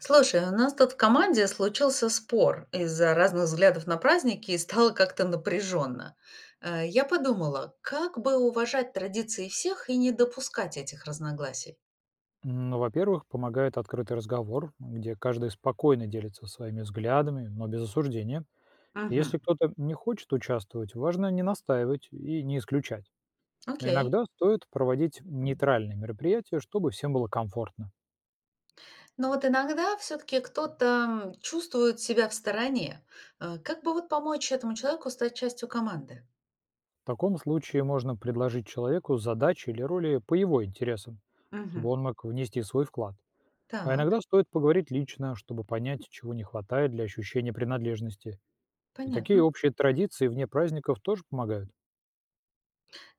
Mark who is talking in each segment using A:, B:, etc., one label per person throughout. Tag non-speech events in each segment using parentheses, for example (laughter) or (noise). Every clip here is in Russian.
A: Слушай, у нас тут в команде случился спор из-за разных взглядов на праздники и стало как-то напряженно. Я подумала, как бы уважать традиции всех и не допускать этих разногласий.
B: Ну, Во-первых, помогает открытый разговор, где каждый спокойно делится своими взглядами, но без осуждения. Если
A: Угу,
B: кто-то не хочет участвовать, важно не настаивать и не исключать. Но
A: окей.
B: иногда стоит проводить нейтральные мероприятия, чтобы всем было комфортно.
A: Но вот иногда все-таки кто-то чувствует себя в стороне. Как бы вот помочь этому человеку стать частью команды?
B: В таком случае можно предложить человеку задачи или роли по его интересам, чтобы
A: Угу.
B: он мог внести свой вклад. А
A: Так,
B: иногда стоит поговорить лично, чтобы понять, чего не хватает для ощущения принадлежности. И такие
A: понятно.
B: общие традиции вне праздников тоже помогают.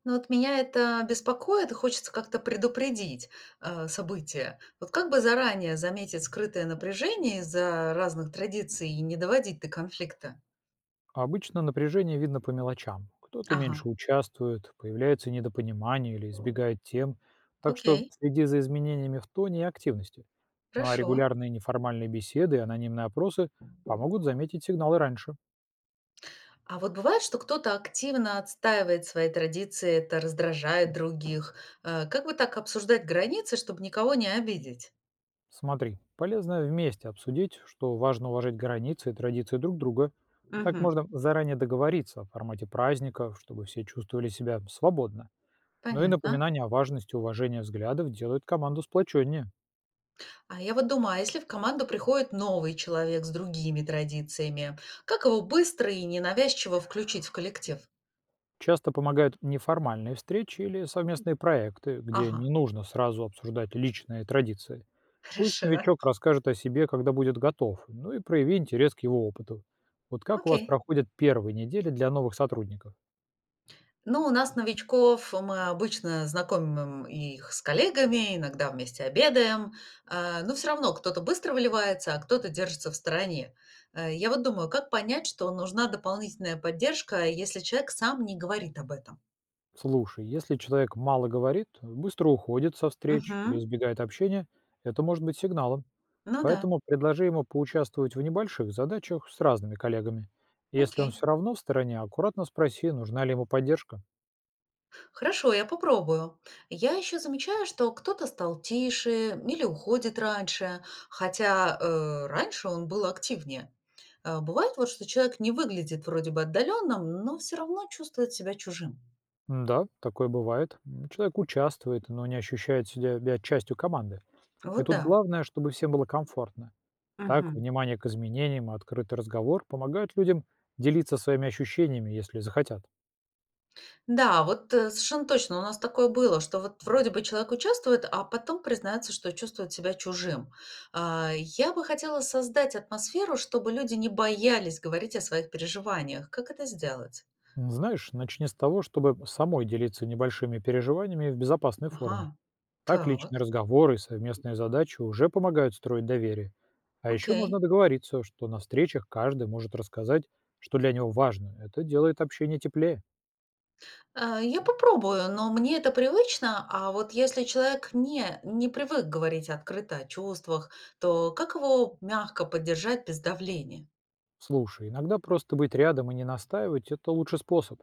A: Ну вот меня это беспокоит, и хочется как-то предупредить, события. Вот как бы заранее заметить скрытое напряжение из-за разных традиций и не доводить до конфликта?
B: Обычно напряжение видно по мелочам. Кто-то меньше
A: Ага,
B: участвует, появляется недопонимание или избегает тем. Так что следи за изменениями в тоне и активности. Ну а
A: хорошо.
B: регулярные неформальные беседы и анонимные опросы помогут заметить сигналы раньше.
A: А вот бывает, что кто-то активно отстаивает свои традиции, это раздражает других. Как бы так обсуждать границы, чтобы никого не обидеть?
B: Смотри, полезно вместе обсудить, что важно уважать границы и традиции друг друга. Так
A: Мгм.
B: можно заранее договориться о формате праздника, чтобы все чувствовали себя свободно. Но и
A: Понятно.
B: напоминание о важности уважения взглядов делает команду сплоченнее.
A: А я вот думаю, а если в команду приходит новый человек с другими традициями, как его быстро и ненавязчиво включить в коллектив?
B: Часто помогают неформальные встречи или совместные проекты, где не нужно сразу обсуждать личные традиции. Пусть
A: Хорошо.
B: новичок расскажет о себе, когда будет готов, ну и прояви интерес к его опыту. Вот как у вас проходят первые недели для новых сотрудников?
A: Ну, у нас новичков, мы обычно знакомим их с коллегами, иногда вместе обедаем, но все равно кто-то быстро выливается, а кто-то держится в стороне. Я вот думаю, как понять, что нужна дополнительная поддержка, если человек сам не говорит об этом?
B: Слушай, если человек мало говорит, быстро уходит со встреч или
A: Мгм.
B: избегает общения, это может быть сигналом.
A: Ну да.
B: Поэтому предложи ему поучаствовать в небольших задачах с разными коллегами. Если он все равно в стороне, аккуратно спроси, нужна ли ему поддержка.
A: Хорошо, я попробую. Я еще замечаю, что кто-то стал тише или уходит раньше, хотя раньше он был активнее. Бывает вот, что человек не выглядит вроде бы отдаленным, но все равно чувствует себя чужим.
B: Да, такое бывает. Человек участвует, но не ощущает себя частью команды. И
A: Вот
B: тут
A: да.
B: главное, чтобы всем было комфортно. Так,
A: Мгм.
B: внимание к изменениям и открытый разговор помогают людям делиться своими ощущениями, если захотят.
A: Да, вот совершенно точно у нас такое было, что вот вроде бы человек участвует, а потом признается, что чувствует себя чужим. Я бы хотела создать атмосферу, чтобы люди не боялись говорить о своих переживаниях. Как это сделать?
B: Знаешь, начни с того, чтобы самой делиться небольшими переживаниями в безопасной форме.
A: Ага.
B: Так личные разговоры и совместные задачи уже помогают строить доверие. А еще можно
A: Окей.
B: договориться, что на встречах каждый может рассказать, что для него важно. Это делает общение теплее.
A: Я попробую, но мне это привычно. А вот если человек не привык говорить открыто о чувствах, то как его мягко поддержать без давления?
B: Слушай, иногда просто быть рядом и не настаивать– это лучший способ.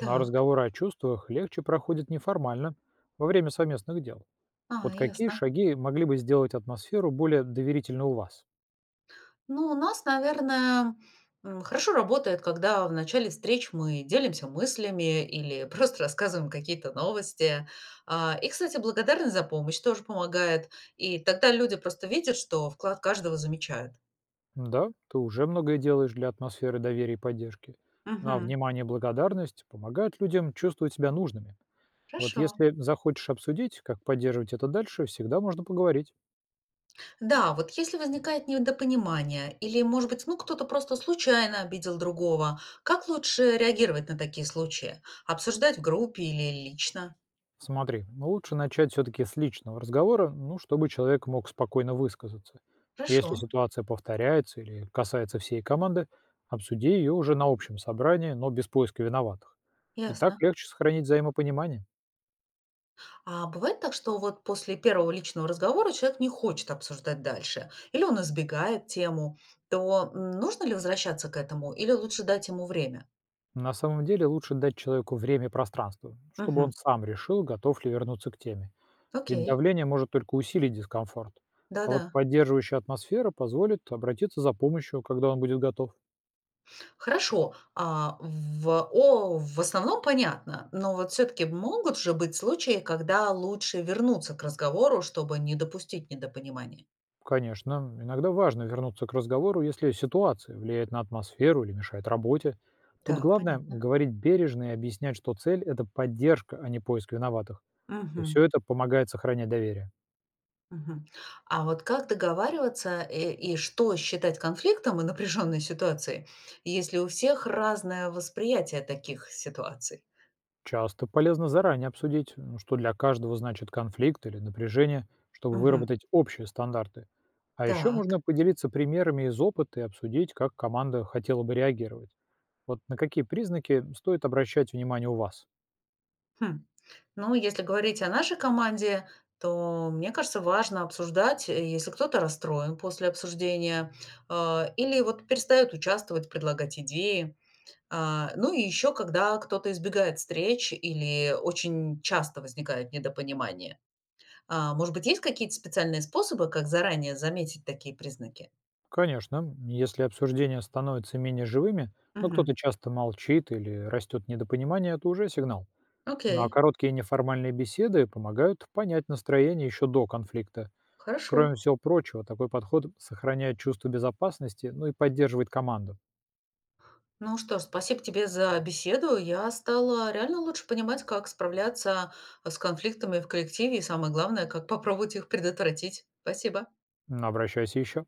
B: Но разговоры о чувствах легче проходят неформально, во время совместных дел.
A: А,
B: Вот
A: и
B: какие шаги могли бы сделать атмосферу более доверительной у вас?
A: ну, у нас, наверное, хорошо работает, когда в начале встреч мы делимся мыслями или (laughs) просто рассказываем какие-то новости. И, кстати, благодарность за помощь тоже помогает. И тогда люди просто видят, что вклад каждого замечают.
B: Да, ты уже многое делаешь для атмосферы доверия и поддержки. Но
A: Мгм.
B: внимание и благодарность помогают людям чувствовать себя нужными. Вот
A: Хорошо.
B: если захочешь обсудить, как поддерживать это дальше, всегда можно поговорить.
A: Да, вот если возникает недопонимание или, может быть, ну, кто-то просто случайно обидел другого, как лучше реагировать на такие случаи? Обсуждать в группе или лично?
B: Смотри, ну, лучше начать все-таки с личного разговора, ну, чтобы человек мог спокойно высказаться. Если
A: Хорошо,
B: ситуация повторяется или касается всей команды, обсуди ее уже на общем собрании, но без поиска виноватых. И так
A: ясно.
B: легче сохранить взаимопонимание.
A: А бывает так, что вот после первого личного разговора человек не хочет обсуждать дальше, или он избегает тему, то нужно ли возвращаться к этому, или лучше дать ему время?
B: На самом деле лучше дать человеку время и пространство, чтобы он
A: Мгм.
B: сам решил, готов ли вернуться к теме. Ведь
A: Окей,
B: давление может только усилить дискомфорт. А вот
A: да-да.
B: поддерживающая атмосфера позволит обратиться за помощью, когда он будет готов.
A: Хорошо, в основном понятно, но вот все таки могут же быть случаи, когда лучше вернуться к разговору, чтобы не допустить недопонимания.
B: Конечно, иногда важно вернуться к разговору, если ситуация влияет на атмосферу или мешает работе. Тут
A: Так,
B: главное говорить бережно и объяснять, что цель– это поддержка, а не поиск виноватых. И
A: мгм,
B: все это помогает сохранять доверие.
A: мгм. А вот как договариваться, и что считать конфликтом и напряженной ситуацией, если у всех разное восприятие таких ситуаций?
B: Часто полезно заранее обсудить, что для каждого значит конфликт или напряжение, чтобы выработать общие стандарты. А еще можно
A: Так.
B: поделиться примерами из опыта и обсудить, как команда хотела бы реагировать. Вот на какие признаки стоит обращать внимание у вас?
A: Хм. Ну, если говорить о нашей команде, то, мне кажется, важно обсуждать, если кто-то расстроен после обсуждения, или вот перестает участвовать, предлагать идеи. Ну и еще, когда кто-то избегает встреч или очень часто возникает недопонимание. Может быть, есть какие-то специальные способы, как заранее заметить такие признаки?
B: Конечно, если обсуждения становятся менее живыми, но
A: Мгм.
B: кто-то часто молчит или растет недопонимание, это уже сигнал. Ну а
A: Окей,
B: короткие неформальные беседы помогают понять настроение еще до конфликта.
A: хорошо.
B: Кроме всего прочего, такой подход сохраняет чувство безопасности, ну и поддерживает команду.
A: Ну что ж, спасибо тебе за беседу. Я стала реально лучше понимать, как справляться с конфликтами в коллективе и, самое главное, как попробовать их предотвратить. Спасибо.
B: Обращайся еще.